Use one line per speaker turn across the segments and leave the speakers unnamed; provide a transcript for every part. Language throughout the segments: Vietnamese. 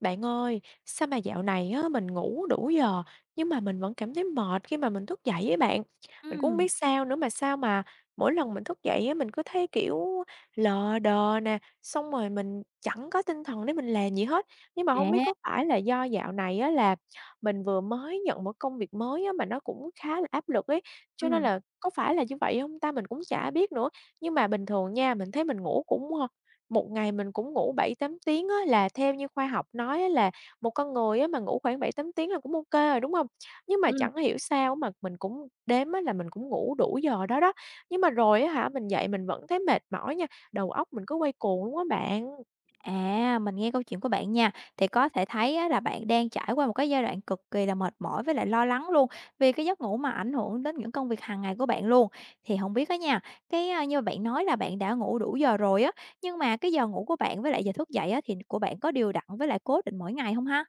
Bạn ơi, sao mà dạo này á, mình ngủ đủ giờ nhưng mà mình vẫn cảm thấy mệt khi mà mình thức dậy ấy bạn. Mình cũng không
Ừm.
biết sao nữa mà sao mà mỗi lần mình thức dậy á, mình cứ thấy kiểu lờ đờ nè, xong rồi mình chẳng có tinh thần để mình làm gì hết. Nhưng mà không biết
À.
có phải là do dạo này á, là mình vừa mới nhận một công việc mới á, mà nó cũng khá là áp lực ấy. Cho nên
Ừm.
là có phải là như vậy không ta? Mình cũng chả biết nữa. Nhưng mà bình thường nha, mình thấy mình ngủ cũng một ngày mình cũng ngủ bảy 8 tiếng á, là theo như khoa học nói á là một con người á mà ngủ khoảng bảy 8 tiếng là cũng ok rồi, đúng không? Nhưng mà
Ừm.
chẳng hiểu sao mà mình cũng đếm á là mình cũng ngủ đủ giờ đó đó, nhưng mà rồi á hả, mình dậy mình vẫn thấy mệt mỏi nha, đầu óc mình cứ quay cuồng luôn á bạn.
Mình nghe câu chuyện của bạn nha, thì có thể thấy á là bạn đang trải qua một cái giai đoạn cực kỳ là mệt mỏi với lại lo lắng luôn, vì cái giấc ngủ mà ảnh hưởng đến những công việc hàng ngày của bạn luôn. Thì hổng biết á nha, như mà bạn nói là bạn đã ngủ đủ giờ rồi á, nhưng mà cái giờ ngủ của bạn với lại giờ thức dậy á thì của bạn có đều đặn với lại cố định mỗi ngày hông ha?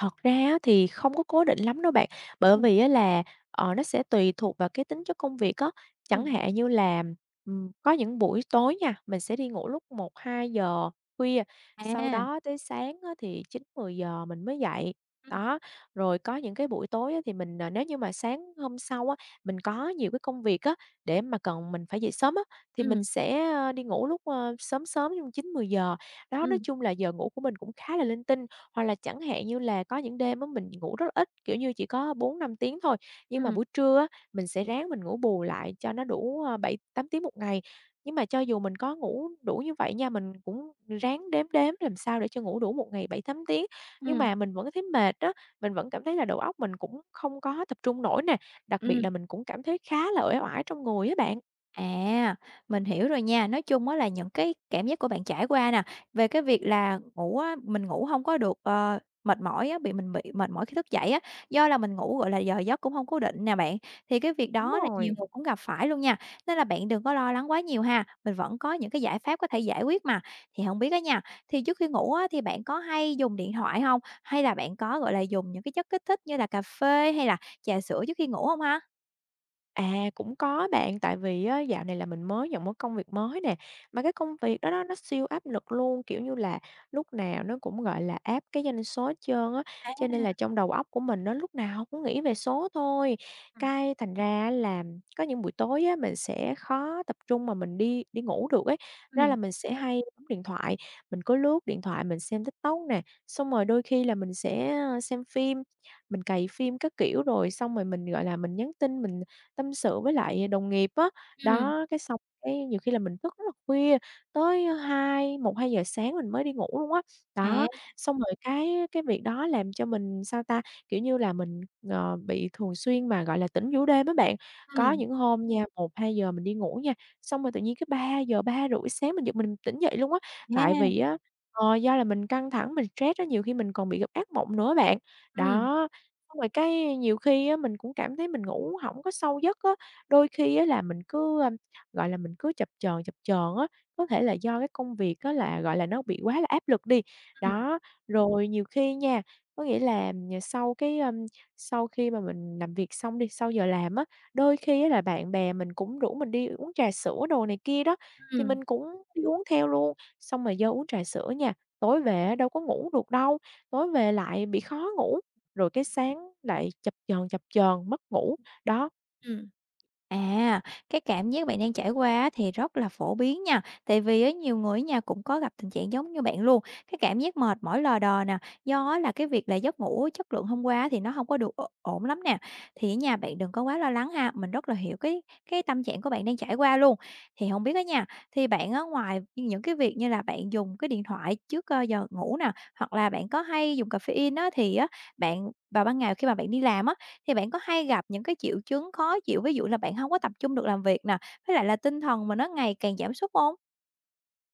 Thật ra á thì không có cố định lắm đâu bạn, bởi
Ừm.
vì á là, nó sẽ tùy thuộc vào cái tính chất công việc á. Chẳng
Ừm.
hạn như là, có những buổi tối nha, mình sẽ đi ngủ lúc một hai giờ khuya, sau
À.
đó tới sáng á thì chín mười giờ mình mới dậy.
Ừm.
Đó, rồi có những cái buổi tối á thì mình, nếu như mà sáng hôm sau á, mình có nhiều cái công việc á, để mà cần mình phải dậy sớm á, thì mình
Ừm.
sẽ, đi ngủ lúc, sớm sớm, trong chín mười giờ. Đó, nói
Ừm.
chung là giờ ngủ của mình cũng khá là linh tinh. Hoặc là chẳng hạn như là có những đêm á mình ngủ rất là ít, kiểu như, chỉ có bốn năm tiếng thôi, nhưng mà
Ừm.
buổi trưa á, mình sẽ ráng mình ngủ bù lại cho nó đủ, 7-8 tiếng một ngày. Nhưng mà cho dù mình có ngủ đủ như vậy nha, mình cũng ráng đếm đếm làm sao để cho ngủ đủ một ngày bảy tám tiếng, nhưng
Ừm.
mà mình vẫn thấy mệt đó, mình vẫn cảm thấy là đầu óc mình cũng không có tập trung nổi nè, đặc biệt
Ừm.
là mình cũng cảm thấy khá là uể oải trong người á bạn.
À, mình hiểu rồi nha. Nói chung á là những cái cảm giác của bạn trải qua nè, về cái việc là ngủ á, mình ngủ không có được, mệt mỏi á, mình bị mệt mỏi khi thức dậy á, do là mình ngủ, gọi là, giờ giấc cũng không cố định nè bạn. Thì cái việc
Đúng
đó là nhiều
rồi.
người cũng gặp phải luôn nha, nên là bạn đừng có lo lắng quá nhiều ha, mình vẫn có những cái giải pháp có thể giải quyết mà. Thì không biết á nha, thì trước khi ngủ á, thì bạn có hay dùng điện thoại không? Hay là bạn có, gọi là, dùng những cái chất kích thích như là cà phê hay là trà sữa trước khi ngủ không ha?
À, cũng có bạn, tại vì á, dạo này là mình mới nhận một công việc mới nè, mà cái công việc đó đó nó siêu áp lực luôn, kiểu như là, lúc nào nó cũng, gọi là, áp cái doanh số hết trơn á,
À.
cho nên là trong đầu óc của mình nó lúc nào cũng nghĩ về số thôi.
Ừm.
Cái thành ra là có những buổi tối á, mình sẽ khó tập trung mà mình đi đi ngủ được ấy, ra là
Ừm.
mình sẽ hay bấm điện thoại, mình cứ lướt điện thoại, mình xem TikTok nè, xong rồi đôi khi là mình sẽ, xem phim, mình cày phim các kiểu, rồi xong rồi mình, gọi là, mình nhắn tin, mình tâm sự với lại đồng nghiệp á. Đó, cái xong cái nhiều khi là mình thức rất là khuya, tới một hai giờ sáng mình mới đi ngủ luôn á.
À.
Đó, xong rồi cái việc đó làm cho mình, sao ta, kiểu như là, mình, bị thường xuyên mà, gọi là, tỉnh giữa đêm á bạn. Có
Ừm.
những hôm nha, một hai giờ mình đi ngủ nha, xong rồi tự nhiên cái 3 giờ 3 rưỡi sáng mình giật mình tỉnh dậy luôn á. Tại vì
À.
á, do là mình căng thẳng, mình stress á, nhiều khi mình còn bị gặp ác mộng nữa bạn.
Ừm.
Đó. Xong rồi cái nhiều khi á, mình cũng cảm thấy mình ngủ hổng có sâu giấc á, đôi khi á là mình cứ, gọi là, mình cứ chập chờn á, có thể là do cái công việc á là, gọi là, nó bị quá là áp lực đi.
Ừm.
Đó, rồi nhiều khi nha, có nghĩa là, sau cái, sau khi mà mình làm việc xong đi, sau giờ làm á, đôi khi á là bạn bè mình cũng rủ mình đi uống trà sữa đồ này kia đó, thì
Ừm.
mình cũng đi uống theo luôn. Xong rồi do uống trà sữa nha, tối về á đâu có ngủ được đâu, tối về lại bị khó ngủ, rồi cái sáng lại chập chờn, mất ngủ. Đó.
Ừm. À, cái cảm giác bạn đang trải qua á thì rất là phổ biến nha, tại vì á nhiều người ở nhà cũng có gặp tình trạng giống như bạn luôn. Cái cảm giác mệt mỏi lờ đờ nè, do á là cái việc là giấc ngủ chất lượng hôm qua á thì nó không có được ổn lắm nè. Thì ở nhà bạn đừng có quá lo lắng ha, mình rất là hiểu cái tâm trạng của bạn đang trải qua luôn. Thì không biết á nha, thì bạn ở ngoài những cái việc như là bạn dùng cái điện thoại trước, giờ ngủ nè, hoặc là bạn có hay dùng caffeine á, thì á bạn vào ban ngày khi mà bạn đi làm á thì bạn có hay gặp những cái triệu chứng khó chịu, ví dụ là bạn hông có tập trung được làm việc nè, với lại là tinh thần mà nó ngày càng giảm sút hông?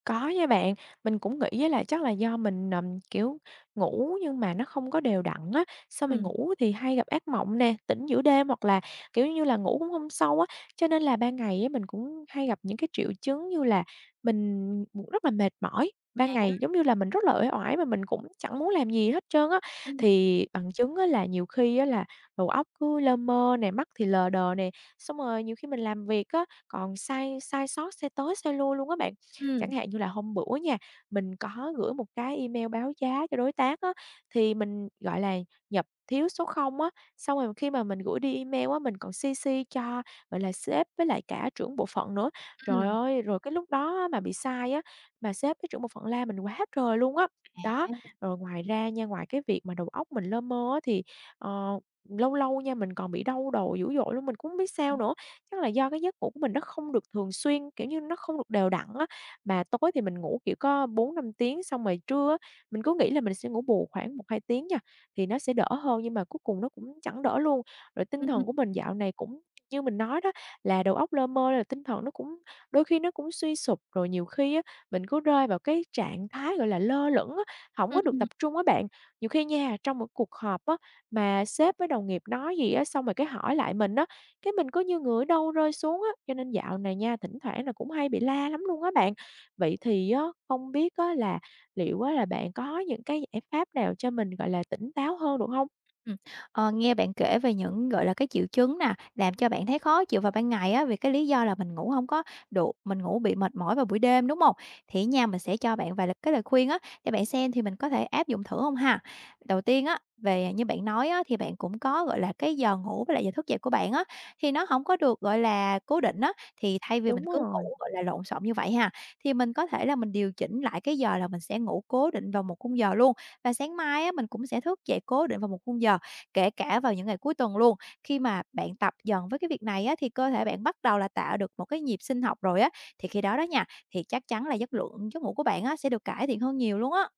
Có nha bạn, mình cũng nghĩ á là chắc là do mình, kiểu, ngủ nhưng mà nó không có đều đặn á, xong rồi
Ừm.
ngủ thì hay gặp ác mộng nè, tỉnh giữa đêm hoặc là, kiểu như là, ngủ cũng không sâu á. Cho nên là ban ngày á mình cũng hay gặp những cái triệu chứng như là mình rất là mệt mỏi, ban ngày giống như là mình rất là uể oải mà mình cũng chẳng muốn làm gì hết trơn á.
Ừm.
Thì bằng chứng á là nhiều khi á là đầu óc cứ lơ mơ nè, mắt thì lờ đờ nè, xong rồi nhiều khi mình làm việc á, còn sai sai sót, sai tới sai lui luôn á bạn. Chẳng
Ừm.
hạn như là hôm bữa nha, mình có gửi một cái email báo giá cho đối tác á, thì mình, gọi là, nhập thiếu số không á, xong rồi khi mà mình gửi đi email á, mình còn CC cho, gọi là, sếp với lại cả trưởng bộ phận nữa. Trời
Ừm.
ơi, rồi cái lúc đó á mà bị sai á, mà sếp với trưởng bộ phận la mình quá trời luôn á. Đó, rồi ngoài ra nha, ngoài cái việc mà đầu óc mình lơ mơ á thì, ờ, lâu lâu nha, mình còn bị đau đầu dữ dội luôn, mình cũng hông biết sao
Ừm.
nữa. Chắc là do cái giấc ngủ của mình nó không được thường xuyên, kiểu như, nó không được đều đặn á, mà tối thì mình ngủ, kiểu, có bốn năm tiếng, xong rồi trưa á, mình cứ nghĩ là mình sẽ ngủ bù khoảng một hai tiếng nha, thì nó sẽ đỡ hơn, nhưng mà cuối cùng nó cũng chẳng đỡ luôn. Rồi tinh thần của mình dạo này cũng như mình nói đó, là đầu óc lơ mơ, là tinh thần nó cũng đôi khi nó cũng suy sụp, rồi nhiều khi á, mình cứ rơi vào cái trạng thái, gọi là, lơ lửng á, hổng
Ừm.
có được
Ừm.
tập trung á bạn. Nhiều khi nha, trong một cuộc họp á, mà sếp với đồng nghiệp nói gì á, xong rồi cái hỏi lại mình á, cái mình cứ như người ở đâu rơi xuống á, cho nên dạo này nha, thỉnh thoảng là cũng hay bị la lắm luôn á bạn. Vậy thì á, không biết á là liệu á là bạn có những cái giải pháp nào cho mình, gọi là, tỉnh táo hơn được không?
Ừm, nghe bạn kể về những, gọi là, cái triệu chứng nè, làm cho bạn thấy khó chịu vào ban ngày á, vì cái lý do là mình ngủ hông có đủ, mình ngủ bị mệt mỏi vào buổi đêm, đúng hông? Thì á nha, mình sẽ cho bạn vài lời cái lời khuyên á, để bạn xem thì mình có thể áp dụng thử hông ha. Đầu tiên á, về như bạn nói á, thì bạn cũng có, gọi là, cái giờ ngủ với lại giờ thức dậy của bạn á, thì nó hổng có được, gọi là, cố định á, thì thay vì
Đúng
mình cứ
rồi.
ngủ, gọi là, lộn xộn như vậy ha, thì mình có thể là mình điều chỉnh lại cái giờ là mình sẽ ngủ cố định vào một khung giờ luôn, và sáng mai á, mình cũng sẽ thức dậy cố định vào một khung giờ kể cả vào những ngày cuối tuần luôn. Khi mà bạn tập dần với cái việc này á, thì cơ thể bạn bắt đầu là tạo được một cái nhịp sinh học rồi á, thì khi đó đó nha, thì chắc chắn là chất lượng giấc ngủ của bạn á, sẽ được cải thiện hơn nhiều luôn á.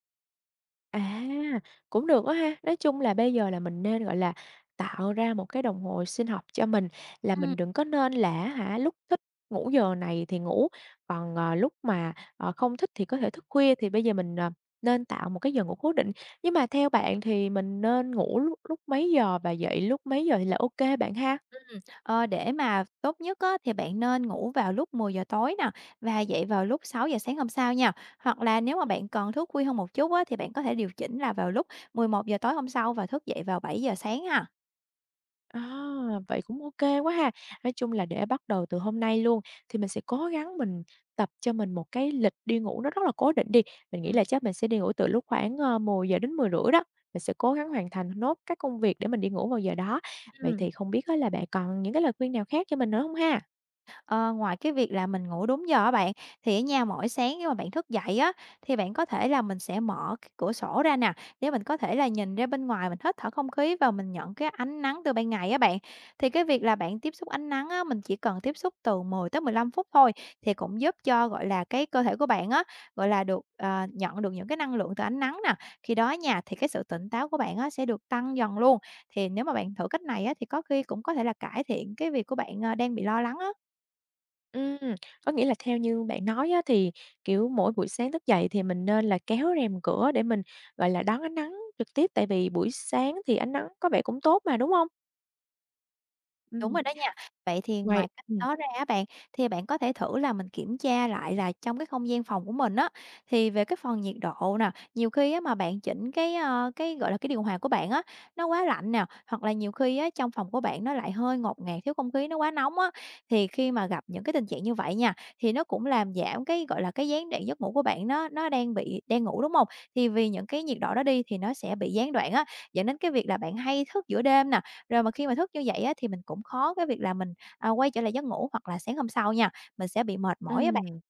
À, cũng được á ha. Nói chung là bây giờ là mình nên, gọi là, tạo ra một cái đồng hồ sinh học cho mình, là
Ừm,
mình đừng có nên là lúc thích ngủ giờ này thì ngủ, còn, lúc mà, không thích thì có thể thức khuya, thì bây giờ mình, nên tạo một cái giờ ngủ cố định. Nhưng mà theo bạn thì mình nên ngủ lúc lúc mấy giờ và dậy lúc mấy giờ thì là ok bạn ha?
ờ, để mà tốt nhất á, thì bạn nên ngủ vào lúc 10 giờ tối nè và dậy vào lúc 6 giờ sáng hôm sau nha. Hoặc là nếu mà bạn còn thức khuya hơn một chút á, thì bạn có thể điều chỉnh là vào lúc 11 giờ tối hôm sau và thức dậy vào 7 giờ sáng ha.
À, vậy cũng ok quá ha. Nói chung là để bắt đầu từ hôm nay luôn thì mình sẽ cố gắng mình tập cho mình một cái lịch đi ngủ nó rất là cố định đi. Mình nghĩ
Ừm.
là chắc mình sẽ đi ngủ từ lúc khoảng, 10 giờ đến 10 rưỡi đó, mình sẽ cố gắng hoàn thành nốt các công việc để mình đi ngủ vào giờ đó. Vậy
Ừm.
thì không biết á là bạn còn những cái lời khuyên nào khác cho mình nữa không ha?
Ờ, Ngoài cái việc là mình ngủ đúng giờ á bạn, thì ở nhà mỗi sáng khi mà bạn thức dậy á, thì bạn có thể là mình sẽ mở cái cửa sổ ra nè, để mình có thể là nhìn ra bên ngoài, mình hít thở không khí và mình nhận cái ánh nắng từ ban ngày á bạn. Thì cái việc là bạn tiếp xúc ánh nắng á, mình chỉ cần tiếp xúc từ 10 tới 15 phút thôi, thì cũng giúp cho, gọi là, cái cơ thể của bạn á, gọi là, được, nhận được những cái năng lượng từ ánh nắng nè. Khi đó nha, thì cái sự tỉnh táo của bạn á, sẽ được tăng dần luôn. Thì nếu mà bạn thử cách này á, thì có khi cũng có thể là cải thiện cái việc của bạn, đang bị lo lắng á.
Ừm, có nghĩa là theo như bạn nói á thì, kiểu, mỗi buổi sáng thức dậy thì mình nên là kéo rèm cửa để mình, gọi là, đón ánh nắng trực tiếp, tại vì buổi sáng thì ánh nắng có vẻ cũng tốt mà, đúng không?
Đúng
Ừm.
rồi đó nha. Vậy thì
Ngoài
ngoài cách đó ra á bạn, thì bạn có thể thử là mình kiểm tra lại là trong cái không gian phòng của mình á, thì về cái phần nhiệt độ nè, nhiều khi á mà bạn chỉnh cái, cái, gọi là, cái điều hòa của bạn á, nó quá lạnh nè, hoặc là nhiều khi á trong phòng của bạn nó lại hơi ngột ngạt, thiếu không khí nó quá nóng á, thì khi mà gặp những cái tình trạng như vậy nha, thì nó cũng làm giảm cái, gọi là, cái gián đoạn giấc ngủ của bạn nó đang ngủ, đúng không? Thì vì những cái nhiệt độ đó đi thì nó sẽ bị gián đoạn á, dẫn đến cái việc là bạn hay thức giữa đêm nè, rồi mà khi mà thức như vậy á, thì mình cũng khó cái việc là mình, à, quay trở lại giấc ngủ hoặc là sáng hôm sau nha, mình sẽ bị mệt mỏi á bạn.
ừm.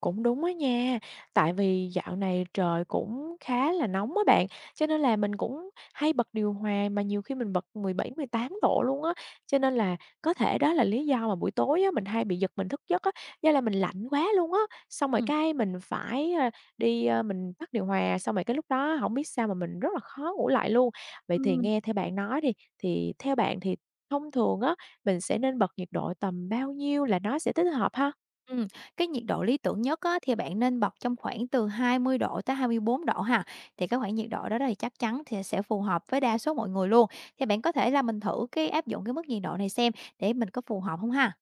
Cũng đúng á nha, tại vì dạo này trời cũng khá là nóng á bạn, cho nên là mình cũng hay bật điều hòa mà nhiều khi mình bật 17, 18 độ luôn á. Cho nên là có thể đó là lý do mà buổi tối á, mình hay bị giật mình thức giấc á, do là mình lạnh quá luôn á. Xong rồi
Ừm.
cái mình phải, đi, mình tắt điều hòa, xong rồi cái lúc đó không biết sao mà mình rất là khó ngủ lại luôn. Vậy thì
Ừm,
nghe theo bạn nói đi, thì theo bạn thì thông thường á, mình sẽ nên bật nhiệt độ tầm bao nhiêu là nó sẽ thích hợp ha?
ừm, cái nhiệt độ lý tưởng nhất á, thì bạn nên bật trong khoảng từ 20 độ tới 24 độ ha, thì cái khoảng nhiệt độ đó đó thì chắc chắn thì sẽ phù hợp với đa số mọi người luôn. Thì bạn có thể là mình thử cái áp dụng cái mức nhiệt độ này xem để mình có phù hợp không ha?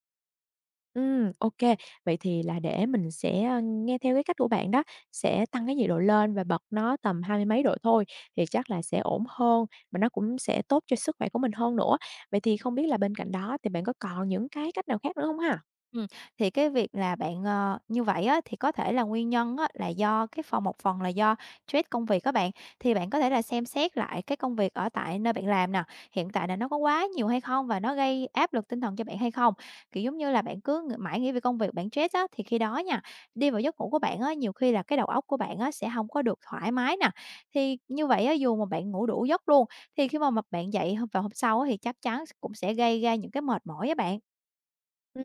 Ok. Vậy thì là để mình sẽ, nghe theo cái cách của bạn đó, sẽ tăng cái nhiệt độ lên và bật nó tầm hai mươi mấy độ thôi, thì chắc là sẽ ổn hơn và nó cũng sẽ tốt cho sức khỏe của mình hơn nữa. Vậy thì không biết là bên cạnh đó thì bạn có còn những cái cách nào khác nữa không ha?
Ừm, thì cái việc là bạn, như vậy á, thì có thể là nguyên nhân á, là do cái phần một phần là do stress công việc các bạn. Thì bạn có thể là xem xét lại cái công việc ở tại nơi bạn làm nè, hiện tại là nó có quá nhiều hay không và nó gây áp lực tinh thần cho bạn hay không? Kiểu, giống như là, bạn cứ ng mãi nghĩ về công việc, bạn stress á, thì khi đó nha, đi vào giấc ngủ của bạn á, nhiều khi là cái đầu óc của bạn á, sẽ không có được thoải mái nè. Thì như vậy á, dù mà bạn ngủ đủ giấc luôn, thì khi mà bạn dậy h vào hôm sau á, thì chắc chắn cũng sẽ gây ra những cái mệt mỏi á bạn.
Ừm,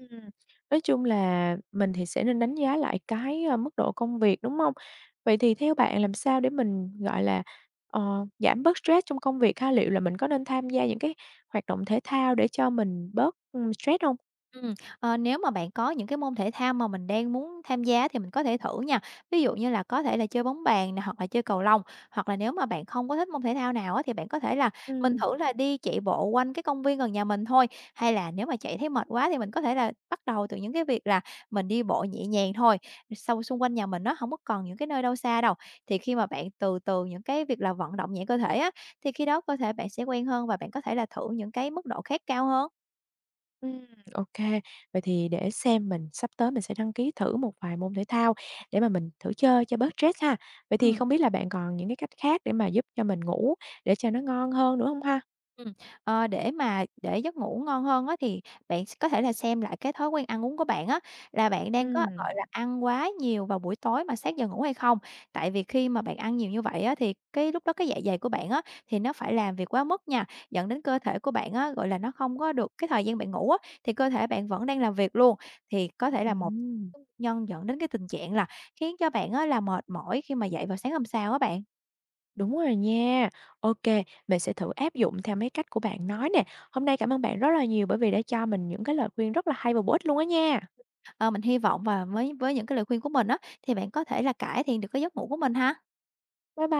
nói chung là mình thì sẽ nên đánh giá lại cái, mức độ công việc, đúng không? Vậy thì theo bạn làm sao để mình, gọi là, giảm bớt stress trong công việc ha? Liệu là mình có nên tham gia những cái hoạt động thể thao để cho mình bớt, stress không?
Ừm, nếu mà bạn có những cái môn thể thao mà mình đang muốn tham gia thì mình có thể thử nha. Ví dụ như là có thể là chơi bóng bàn nè, hoặc là chơi cầu lông, hoặc là nếu mà bạn không có thích môn thể thao nào á, thì bạn có thể là mình
Ừm.
thử là đi chạy bộ quanh cái công viên gần nhà mình thôi. Hay là nếu mà chạy thấy mệt quá thì mình có thể là bắt đầu từ những cái việc là mình đi bộ nhẹ nhàng thôi, sau xung quanh nhà mình nó không có còn những cái nơi đâu xa đâu. Thì khi mà bạn từ từ những cái việc là vận động nhẹ cơ thể á, thì khi đó cơ thể bạn sẽ quen hơn và bạn có thể là thử những cái mức độ khác cao hơn.
Ừm, ô. Vậy thì để xem mình sắp tới mình sẽ đăng ký thử một vài môn thể thao để mà mình thử chơi cho bớt stress ha. Vậy thì
Ừm.
không biết là bạn còn những cái cách khác để mà giúp cho mình ngủ để cho nó ngon hơn nữa không ha?
Ừm, để giấc ngủ ngon hơn á, thì bạn có thể là xem lại cái thói quen ăn uống của bạn á, là bạn đang có,
Ừm.
gọi là, ăn quá nhiều vào buổi tối mà sát giờ ngủ hay không? Tại vì khi mà bạn ăn nhiều như vậy á, thì cái lúc đó cái dạ dày của bạn á, thì nó phải làm việc quá mức nha, dẫn đến cơ thể của bạn á, gọi là, nó không có được cái thời gian bạn ngủ á, thì cơ thể bạn vẫn đang làm việc luôn. Thì có thể là một
Ừm,
nhân dẫn đến cái tình trạng là khiến cho bạn á, là mệt mỏi khi mà dậy vào sáng hôm sau á bạn.
đúng rồi nha. Ô, mình sẽ thử áp dụng theo mấy cách của bạn nói nè. Hôm nay cảm ơn bạn rất là nhiều bởi vì đã cho mình những cái lời khuyên rất là hay và bổ ích luôn á nha.
Ờ, mình hy vọng và với những cái lời khuyên của mình á, thì bạn có thể là cải thiện được cái giấc ngủ của mình ha.
Bye bye.